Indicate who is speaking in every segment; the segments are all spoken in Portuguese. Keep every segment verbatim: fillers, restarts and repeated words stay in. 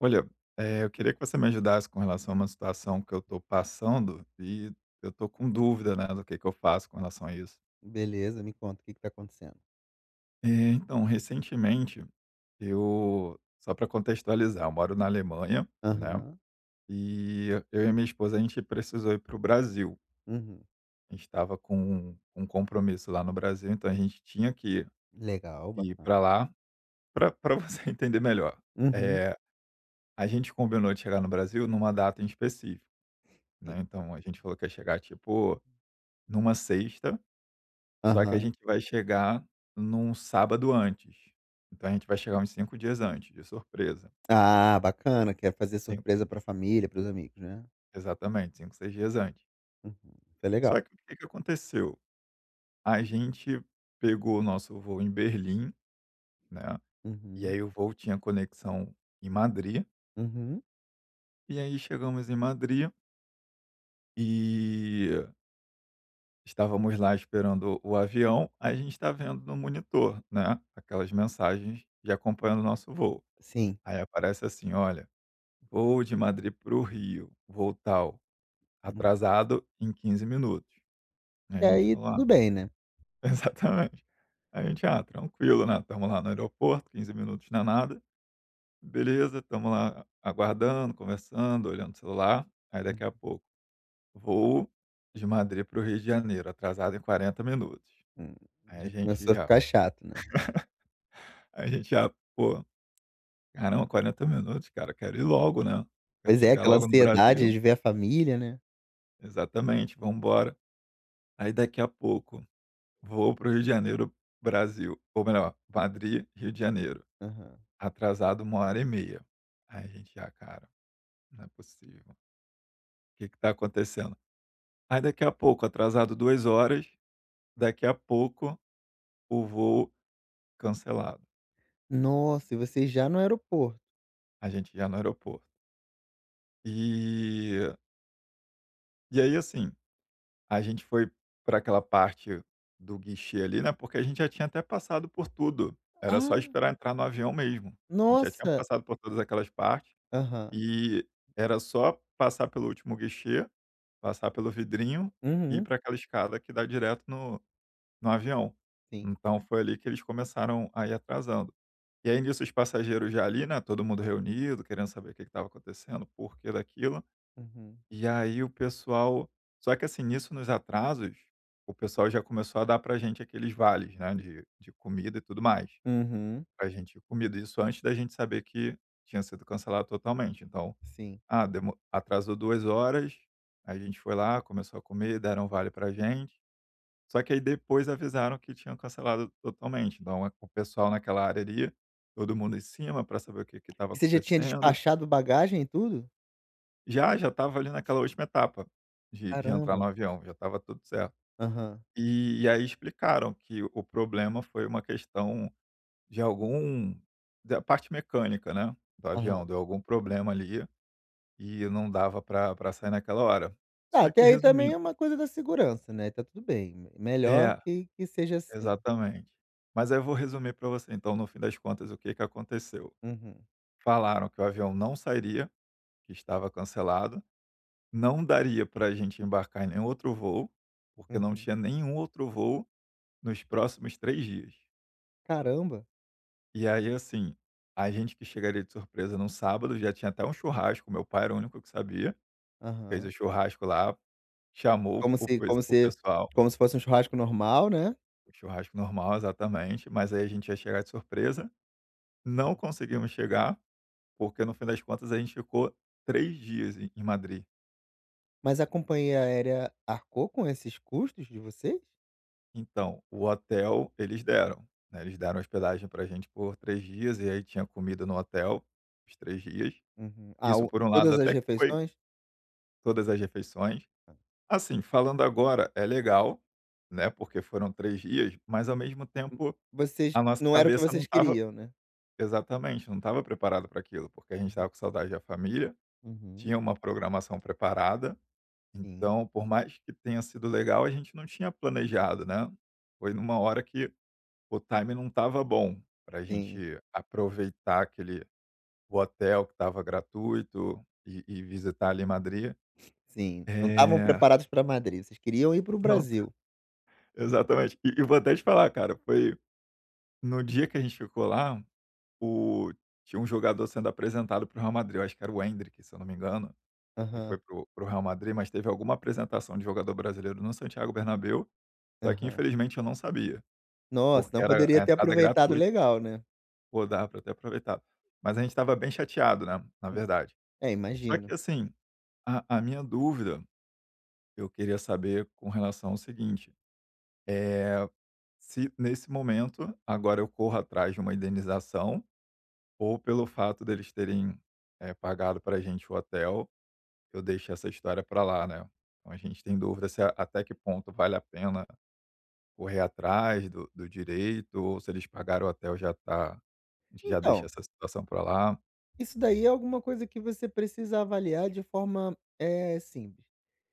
Speaker 1: Olha, eh, eu queria que você me ajudasse com relação a uma situação que eu estou passando e eu estou com dúvida, né, do que que eu faço com relação a isso.
Speaker 2: Beleza, me conta o que que tá acontecendo.
Speaker 1: Eh, então, recentemente, eu só para contextualizar, eu moro na Alemanha, né,
Speaker 2: Aham,
Speaker 1: e eu e a minha esposa, a gente precisou ir para o Brasil.
Speaker 2: uhum.
Speaker 1: A gente estava com um um compromisso lá no Brasil, então a gente tinha que
Speaker 2: Legal,
Speaker 1: ir
Speaker 2: bacana.
Speaker 1: para lá. Para para você entender melhor,
Speaker 2: Uhum,
Speaker 1: eh, a gente combinou de chegar no Brasil numa data em específico,
Speaker 2: sim.
Speaker 1: né, então a gente falou que ia chegar tipo numa sexta, só que a
Speaker 2: Aham.
Speaker 1: gente vai chegar num sábado antes. Então a gente vai chegar uns cinco dias antes, de surpresa.
Speaker 2: Ah, bacana, quer fazer
Speaker 1: Cin
Speaker 2: surpresa pra família, para os amigos, né.
Speaker 1: Exatamente, cinco seis dias antes.
Speaker 2: Uhum, isso é legal.
Speaker 1: Só que o que que aconteceu? A gente pegou o nosso voo em Berlim, né, e
Speaker 2: Uhum,
Speaker 1: aí o voo tinha conexão em Madrid,
Speaker 2: uhum,
Speaker 1: e aí chegamos em Madrid e estávamos lá esperando o avião, a gente está vendo no monitor, né, aquelas mensagens de acompanhando o nosso voo.
Speaker 2: sim.
Speaker 1: Aí aparece assim: "Olha, vou de Madrid para o Rio, voo tal,
Speaker 2: Uhum.
Speaker 1: atrasado em quinze minutos". Aí a
Speaker 2: E
Speaker 1: gente
Speaker 2: aí
Speaker 1: falou: "Ah".
Speaker 2: tudo bem, né.
Speaker 1: Exatamente. Aí a gente: "Ah, tranquilo, né, estamos lá no aeroporto, quinze minutos não é nada, beleza", estamos lá aguardando, conversando, olhando o celular, aí daqui a pouco: "Voo de Madrid para o Rio de Janeiro, atrasado em quarenta minutos".
Speaker 2: Uhum.
Speaker 1: Aí a
Speaker 2: Já
Speaker 1: gente
Speaker 2: começou a
Speaker 1: já
Speaker 2: ficar chato, né.
Speaker 1: a gente já: "Pô, caramba, quarenta minutos, cara, quero ir logo, né, quero
Speaker 2: Pois é,
Speaker 1: chegar
Speaker 2: aquela
Speaker 1: logo no
Speaker 2: ansiedade
Speaker 1: Brasil".
Speaker 2: de ver a família, né.
Speaker 1: Exatamente, vamos embora. Aí daqui a pouco vou para o Rio de Janeiro, Brasil. Ou melhor, Madrid, Rio de Janeiro.
Speaker 2: Aham.
Speaker 1: Atrasado uma hora e meia. Aí a gente: "Ah, cara, não é possível. O que que tá acontecendo?" Aí daqui a pouco, atrasado duas horas, daqui a pouco o voo cancelado.
Speaker 2: Nossa, e vocês já no aeroporto.
Speaker 1: A gente já no aeroporto. E e aí, assim, a gente foi para aquela parte do guichê ali, né, porque a gente já tinha até passado por tudo. Era só
Speaker 2: Ah,
Speaker 1: esperar entrar no avião mesmo. A gente já tinha
Speaker 2: nossa!
Speaker 1: passado por todas aquelas partes.
Speaker 2: Aham.
Speaker 1: E era só passar pelo último guichê, passar pelo vidrinho e ir
Speaker 2: Uhum.
Speaker 1: para aquela escada que dá direto no no avião.
Speaker 2: Sim.
Speaker 1: Então foi ali que eles começaram a ir atrasando. E aí nisso os passageiros já ali, né, todo mundo reunido, querendo saber o que estava acontecendo, por que daquilo.
Speaker 2: Uhum.
Speaker 1: E aí o pessoal só que assim, nisso nos atrasos, o pessoal já começou a dar pra gente aqueles vales, né, de de comida e tudo mais,
Speaker 2: Uhum.
Speaker 1: pra gente ir comida. Isso antes da gente saber que tinha sido cancelado totalmente, então
Speaker 2: Sim.
Speaker 1: ah, demo atrasou duas horas, a gente foi lá, começou a comer, deram um vale pra gente, só que aí depois avisaram que tinham cancelado totalmente, então a o pessoal naquela área ali, todo mundo em cima para saber o que estava
Speaker 2: E você já tinha
Speaker 1: acontecendo.
Speaker 2: despachado bagagem e tudo?
Speaker 1: Já, já estava ali naquela última etapa de de entrar no
Speaker 2: Caramba.
Speaker 1: avião, já estava tudo certo.
Speaker 2: Aham.
Speaker 1: E e aí explicaram que o problema foi uma questão de algum da parte mecânica, né, do avião,
Speaker 2: Aham.
Speaker 1: deu algum problema ali, e não dava para pra sair naquela hora.
Speaker 2: Tá,
Speaker 1: Só
Speaker 2: até
Speaker 1: que
Speaker 2: aí também
Speaker 1: resumindo
Speaker 2: é uma coisa da segurança, né, tá tudo bem, me melhor
Speaker 1: é,
Speaker 2: que que seja assim.
Speaker 1: exatamente. Mas aí eu vou resumir para você, então, no fim das contas, o que que aconteceu.
Speaker 2: Uhum.
Speaker 1: Falaram que o avião não sairia, que estava cancelado, não daria para a gente embarcar em nenhum outro voo, porque não
Speaker 2: Uhum.
Speaker 1: tinha nenhum outro voo nos próximos três dias.
Speaker 2: Caramba.
Speaker 1: E aí, assim, a gente que chegaria de surpresa num sábado, já tinha até um churrasco, meu pai era o único que sabia, fez o
Speaker 2: Aham.
Speaker 1: churrasco lá, chamou
Speaker 2: Como
Speaker 1: o
Speaker 2: se
Speaker 1: pes
Speaker 2: como
Speaker 1: o
Speaker 2: se
Speaker 1: pessoal,
Speaker 2: como se fosse um churrasco normal, né.
Speaker 1: o churrasco normal, exatamente, mas aí a gente ia chegar de surpresa, não conseguimos chegar. Porque no fim das contas a gente ficou três dias em em Madrid.
Speaker 2: Mas a companhia aérea arcou com esses custos de vocês?
Speaker 1: Então, o hotel eles deram, né, eles deram hospedagem pra gente por três dias e aí tinha comida no hotel os três dias.
Speaker 2: Uhum. Ah,
Speaker 1: Isso
Speaker 2: o
Speaker 1: por um lado
Speaker 2: todas as
Speaker 1: até que foi
Speaker 2: refeições?
Speaker 1: todas as refeições. Assim, falando agora é legal, né, porque foram três dias, mas ao mesmo
Speaker 2: Hum,
Speaker 1: tempo
Speaker 2: vocês
Speaker 1: a nossa
Speaker 2: não era o que
Speaker 1: cabeça não
Speaker 2: vocês
Speaker 1: estava
Speaker 2: queriam, né.
Speaker 1: exatamente, não estava preparada para aquilo, porque a gente estava
Speaker 2: Uhum.
Speaker 1: com saudade da família,
Speaker 2: Uhum.
Speaker 1: tinha uma programação preparada.
Speaker 2: Sim.
Speaker 1: Então, por mais que tenha sido legal, a gente não tinha planejado, né. Foi numa hora que o time não estava bom para a
Speaker 2: Sim,
Speaker 1: gente aproveitar aquele o hotel que estava gratuito e e visitar ali Madrid.
Speaker 2: sim. Não estavam
Speaker 1: Eh,
Speaker 2: preparados para Madrid, vocês queriam ir para o
Speaker 1: não,
Speaker 2: Brasil.
Speaker 1: exatamente. E e vou até te falar, cara, foi no dia que a gente ficou lá, o tinha um jogador sendo apresentado para o Real Madrid, eu acho que era o Endrick, se eu não me engano, que foi
Speaker 2: Aham,
Speaker 1: para o para o Real Madrid, mas teve alguma apresentação de jogador brasileiro no Santiago Bernabéu, só que
Speaker 2: aham.
Speaker 1: infelizmente eu não sabia.
Speaker 2: Nossa,
Speaker 1: Porque
Speaker 2: não
Speaker 1: era a
Speaker 2: poderia ter
Speaker 1: entrada
Speaker 2: aproveitado
Speaker 1: gratuita,
Speaker 2: legal, né.
Speaker 1: pô, dava pra ter aproveitado. Mas a gente estava bem chateado, né, na
Speaker 2: Hum,
Speaker 1: verdade.
Speaker 2: é,
Speaker 1: Só que
Speaker 2: imagino.
Speaker 1: assim, a a minha dúvida, eu queria saber com relação ao seguinte, eh, se nesse momento, agora eu corro atrás de uma indenização, ou pelo fato deles terem, eh, pagado para a gente o hotel, eu deixo essa história para lá, né. Então a gente tem dúvida se a até que ponto vale a pena correr atrás do do direito, ou se eles pagaram o hotel já tá a gente já deixa
Speaker 2: Então,
Speaker 1: essa situação para lá.
Speaker 2: isso daí é alguma coisa que você precisa avaliar de forma, é simples.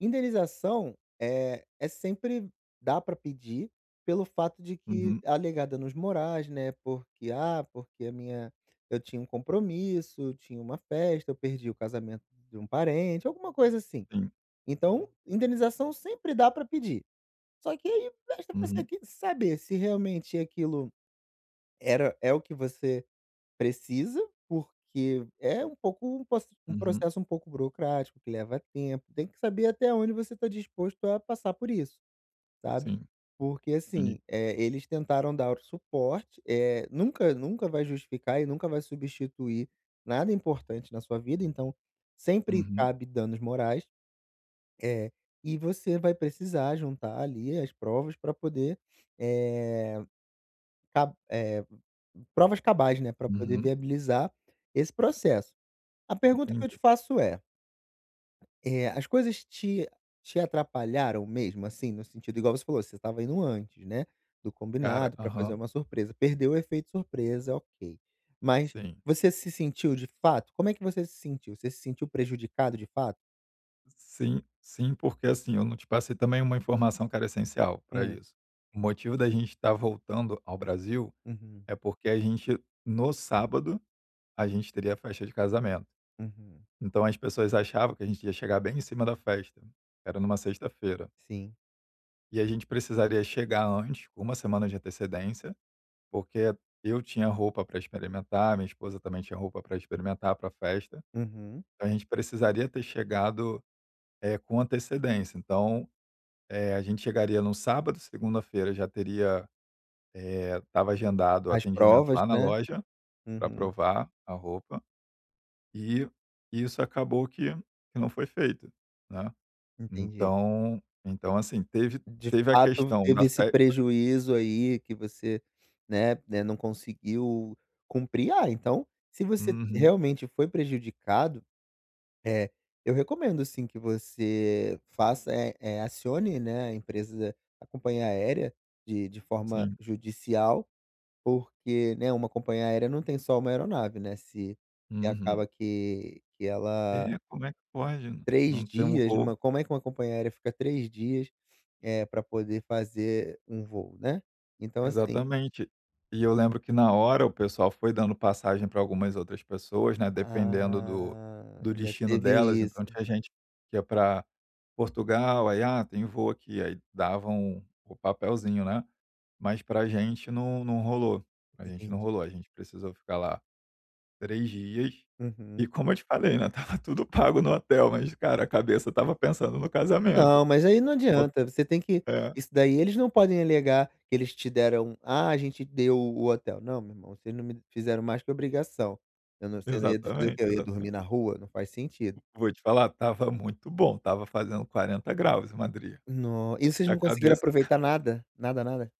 Speaker 2: Indenização, é é sempre dá para pedir pelo fato de que
Speaker 1: Uhum,
Speaker 2: alegar danos morais, né, porque, ah, porque a minha eu tinha um compromisso, eu tinha uma festa, eu perdi o casamento de um parente, alguma coisa assim.
Speaker 1: sim.
Speaker 2: Então, indenização sempre dá para pedir. Só que aí basta você
Speaker 1: Uhum,
Speaker 2: que saber se realmente aquilo era é o que você precisa, porque é um pouco um pos um
Speaker 1: uhum,
Speaker 2: processo um pouco burocrático, que leva tempo, tem que saber até onde você está disposto a passar por isso, sabe.
Speaker 1: sim,
Speaker 2: Porque
Speaker 1: entendi.
Speaker 2: assim, eh, eles tentaram dar o suporte, eh, nunca nunca vai justificar e nunca vai substituir nada importante na sua vida, então sempre
Speaker 1: Uhum,
Speaker 2: cabe danos morais. É, e você vai precisar juntar ali as provas para poder, eh, ca eh, provas cabais, né, para poder
Speaker 1: uhum,
Speaker 2: viabilizar esse processo. A pergunta que eu te
Speaker 1: entendi.
Speaker 2: faço é, eh, as coisas te te atrapalharam mesmo, assim, no sentido igual você falou, você estava indo antes, né, do
Speaker 1: Cara
Speaker 2: combinado para fazer
Speaker 1: aham,
Speaker 2: uma surpresa, perdeu o efeito surpresa, ok. Mas
Speaker 1: sim.
Speaker 2: você se sentiu de fato como é que você se sentiu? Você se sentiu prejudicado de fato?
Speaker 1: Sim, sim, porque, assim, eu não te passei também uma informação que era essencial para
Speaker 2: Hum,
Speaker 1: isso. O motivo da gente estar voltando ao Brasil
Speaker 2: uhum,
Speaker 1: é porque a gente no sábado, a gente teria a festa de casamento.
Speaker 2: uhum,
Speaker 1: Então as pessoas achavam que a gente ia chegar bem em cima da festa, era numa sexta-feira,
Speaker 2: sim,
Speaker 1: e a gente precisaria chegar antes, com uma semana de antecedência. Porque eu tinha roupa para experimentar, minha esposa também tinha roupa para experimentar para a festa,
Speaker 2: uhum.
Speaker 1: então a gente precisaria ter chegado, eh, com antecedência. Então, eh, a gente chegaria no sábado, segunda-feira já teria, eh, estava agendado o
Speaker 2: As
Speaker 1: atendimento
Speaker 2: provas,
Speaker 1: lá na
Speaker 2: né.
Speaker 1: loja para
Speaker 2: Uhum,
Speaker 1: provar a roupa e isso acabou que que não foi feito, né.
Speaker 2: entendi.
Speaker 1: Então então assim, teve
Speaker 2: De
Speaker 1: teve a
Speaker 2: fato
Speaker 1: questão
Speaker 2: teve
Speaker 1: da
Speaker 2: esse
Speaker 1: festa.
Speaker 2: prejuízo aí que você, né né, não conseguiu cumprir. Ah, então, se você
Speaker 1: Uhum,
Speaker 2: realmente foi prejudicado, eh, eu recomendo assim que você faça, eh eh, acione, né, a empresa a companhia aérea de de forma
Speaker 1: sim.
Speaker 2: judicial, porque, né, uma companhia aérea não tem só uma aeronave, né, se se
Speaker 1: Uhum.
Speaker 2: acaba que que
Speaker 1: É,
Speaker 2: ela
Speaker 1: como é que pode
Speaker 2: três
Speaker 1: não ter um
Speaker 2: dias,
Speaker 1: voo.
Speaker 2: uma como é que uma companhia aérea fica três dias, eh, pra poder fazer um voo, né. Então assim
Speaker 1: Exatamente. E eu lembro que na hora o pessoal foi dando passagem para algumas outras pessoas, né, dependendo do
Speaker 2: ah,
Speaker 1: do
Speaker 2: ainda
Speaker 1: destino
Speaker 2: teve
Speaker 1: delas, então
Speaker 2: isso.
Speaker 1: tinha gente que ia para Portugal, aí: "Ah, tem voo aqui", aí davam o papelzinho, né, mas pra gente não não rolou, pra gente não
Speaker 2: Entendi.
Speaker 1: rolou, a gente precisou ficar lá três dias,
Speaker 2: Uhum.
Speaker 1: e como eu te falei, né, tava tudo pago no hotel, mas cara, a cabeça tava pensando no casamento.
Speaker 2: Não, mas aí não
Speaker 1: Falt-
Speaker 2: adianta, você tem que
Speaker 1: É,
Speaker 2: isso daí eles não podem alegar que eles te deram: "Ah, a gente deu o hotel". Não, meu irmão, vocês não me fizeram mais que obrigação. Eu não você não ia fazer o
Speaker 1: exatamente,
Speaker 2: quê? Eu ia dormir
Speaker 1: exatamente.
Speaker 2: na rua? Não faz sentido.
Speaker 1: Vou te falar, tava muito bom, tava fazendo quarenta graus em Madrid.
Speaker 2: No e
Speaker 1: Se
Speaker 2: vocês
Speaker 1: a
Speaker 2: não conseguiram
Speaker 1: cabeça
Speaker 2: aproveitar nada? Nada, nada?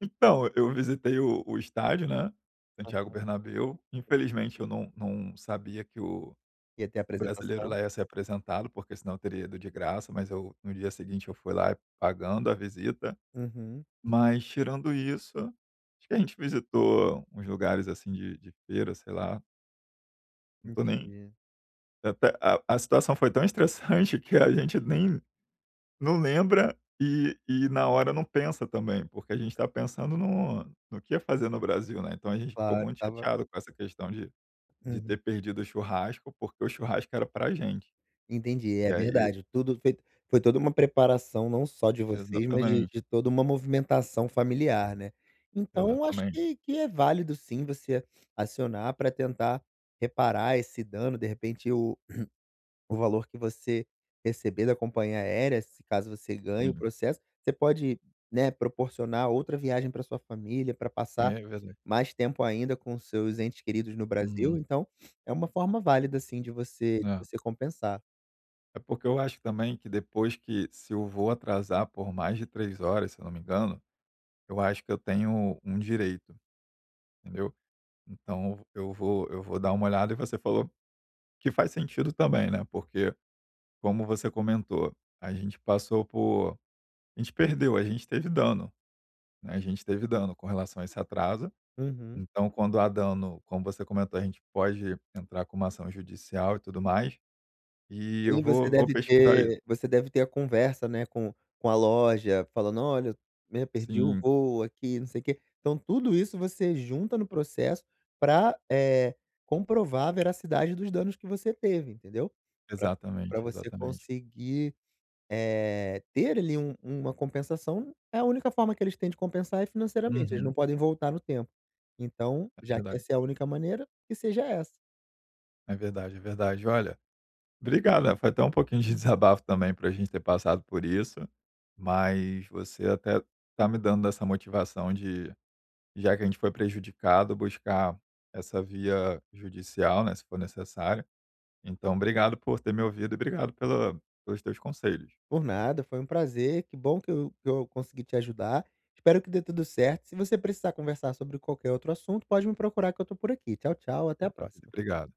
Speaker 1: então, eu visitei o o estádio, né, Santiago
Speaker 2: Aham.
Speaker 1: Bernabéu. Infelizmente eu não não sabia que o
Speaker 2: Ia ter
Speaker 1: o brasileiro
Speaker 2: apresentação?
Speaker 1: lá ia ser apresentado, porque senão eu teria ido de graça, mas eu no dia seguinte eu fui lá pagando a visita.
Speaker 2: Uhum.
Speaker 1: Mas tirando isso, acho que a gente visitou uns lugares, assim, de de feira, sei lá, não tô nem
Speaker 2: Entendi.
Speaker 1: até a a situação foi tão estressante que a gente nem não lembra e e na hora não pensa também, porque a gente está pensando no no que ia fazer no Brasil, né, então a gente ficou
Speaker 2: Claro,
Speaker 1: muito
Speaker 2: estava
Speaker 1: chateado com essa questão de de
Speaker 2: uhum.
Speaker 1: ter perdido o churrasco, porque o churrasco era pra gente.
Speaker 2: Entendi,
Speaker 1: E
Speaker 2: é
Speaker 1: aí
Speaker 2: verdade, tudo foi foi toda uma preparação não só de vocês, mas de
Speaker 1: exatamente,
Speaker 2: de toda uma movimentação familiar, né. Então acho
Speaker 1: exatamente,
Speaker 2: que que é válido sim você acionar pra tentar reparar esse dano, de repente o o valor que você receber da companhia aérea, se caso você ganhe o
Speaker 1: sim.
Speaker 2: processo, você pode, né, proporcionar outra viagem para sua família, para
Speaker 1: É
Speaker 2: passar
Speaker 1: verdade.
Speaker 2: mais tempo ainda com seus entes queridos no Brasil,
Speaker 1: Uhum.
Speaker 2: então é uma forma válida, assim de você de
Speaker 1: É.
Speaker 2: você compensar.
Speaker 1: É porque eu acho também que depois que se eu vou atrasar por mais de três horas, se eu não me engano, eu acho que eu tenho um direito, entendeu. Então eu vou eu vou dar uma olhada e você falou que faz sentido também, né, porque como você comentou, a gente passou por a gente perdeu, a gente teve dano, né, a gente teve dano com relação a esse atraso.
Speaker 2: Uhum.
Speaker 1: Então, quando há dano, como você comentou, a gente pode entrar com uma ação judicial e tudo mais, e eu
Speaker 2: Sim, você
Speaker 1: vou vou
Speaker 2: deve
Speaker 1: pesquisar isso.
Speaker 2: ter você deve ter a conversa, né, com com a loja, falando: "Olha, né, perdi o
Speaker 1: Sim,
Speaker 2: voo aqui, não sei o quê". Então tudo isso você junta no processo para comprovar a veracidade dos danos que você teve, entendeu? Para pra
Speaker 1: exatamente,
Speaker 2: você
Speaker 1: exatamente.
Speaker 2: conseguir, eh, ter ali um uma compensação. é A única forma que eles têm de compensar é financeiramente, eles não
Speaker 1: Uhum.
Speaker 2: podem voltar no tempo. Então,
Speaker 1: É
Speaker 2: já que
Speaker 1: verdade,
Speaker 2: essa é a única maneira, que seja essa.
Speaker 1: é verdade, é verdade. Olha, obrigada. Foi até um pouquinho de desabafo também para a gente ter passado por isso, mas você até tá me dando essa motivação de já que a gente foi prejudicado, buscar essa via judicial, né, se for necessário. Então, obrigado por ter me ouvido e obrigado pela, pelos teus conselhos.
Speaker 2: Por nada, foi um prazer. Que bom que eu, que eu consegui te ajudar. Espero que dê tudo certo. Se você precisar conversar sobre qualquer outro assunto, pode me procurar que eu tô por aqui. Tchau, tchau. Até a
Speaker 1: Maravilha,
Speaker 2: próxima.
Speaker 1: obrigado.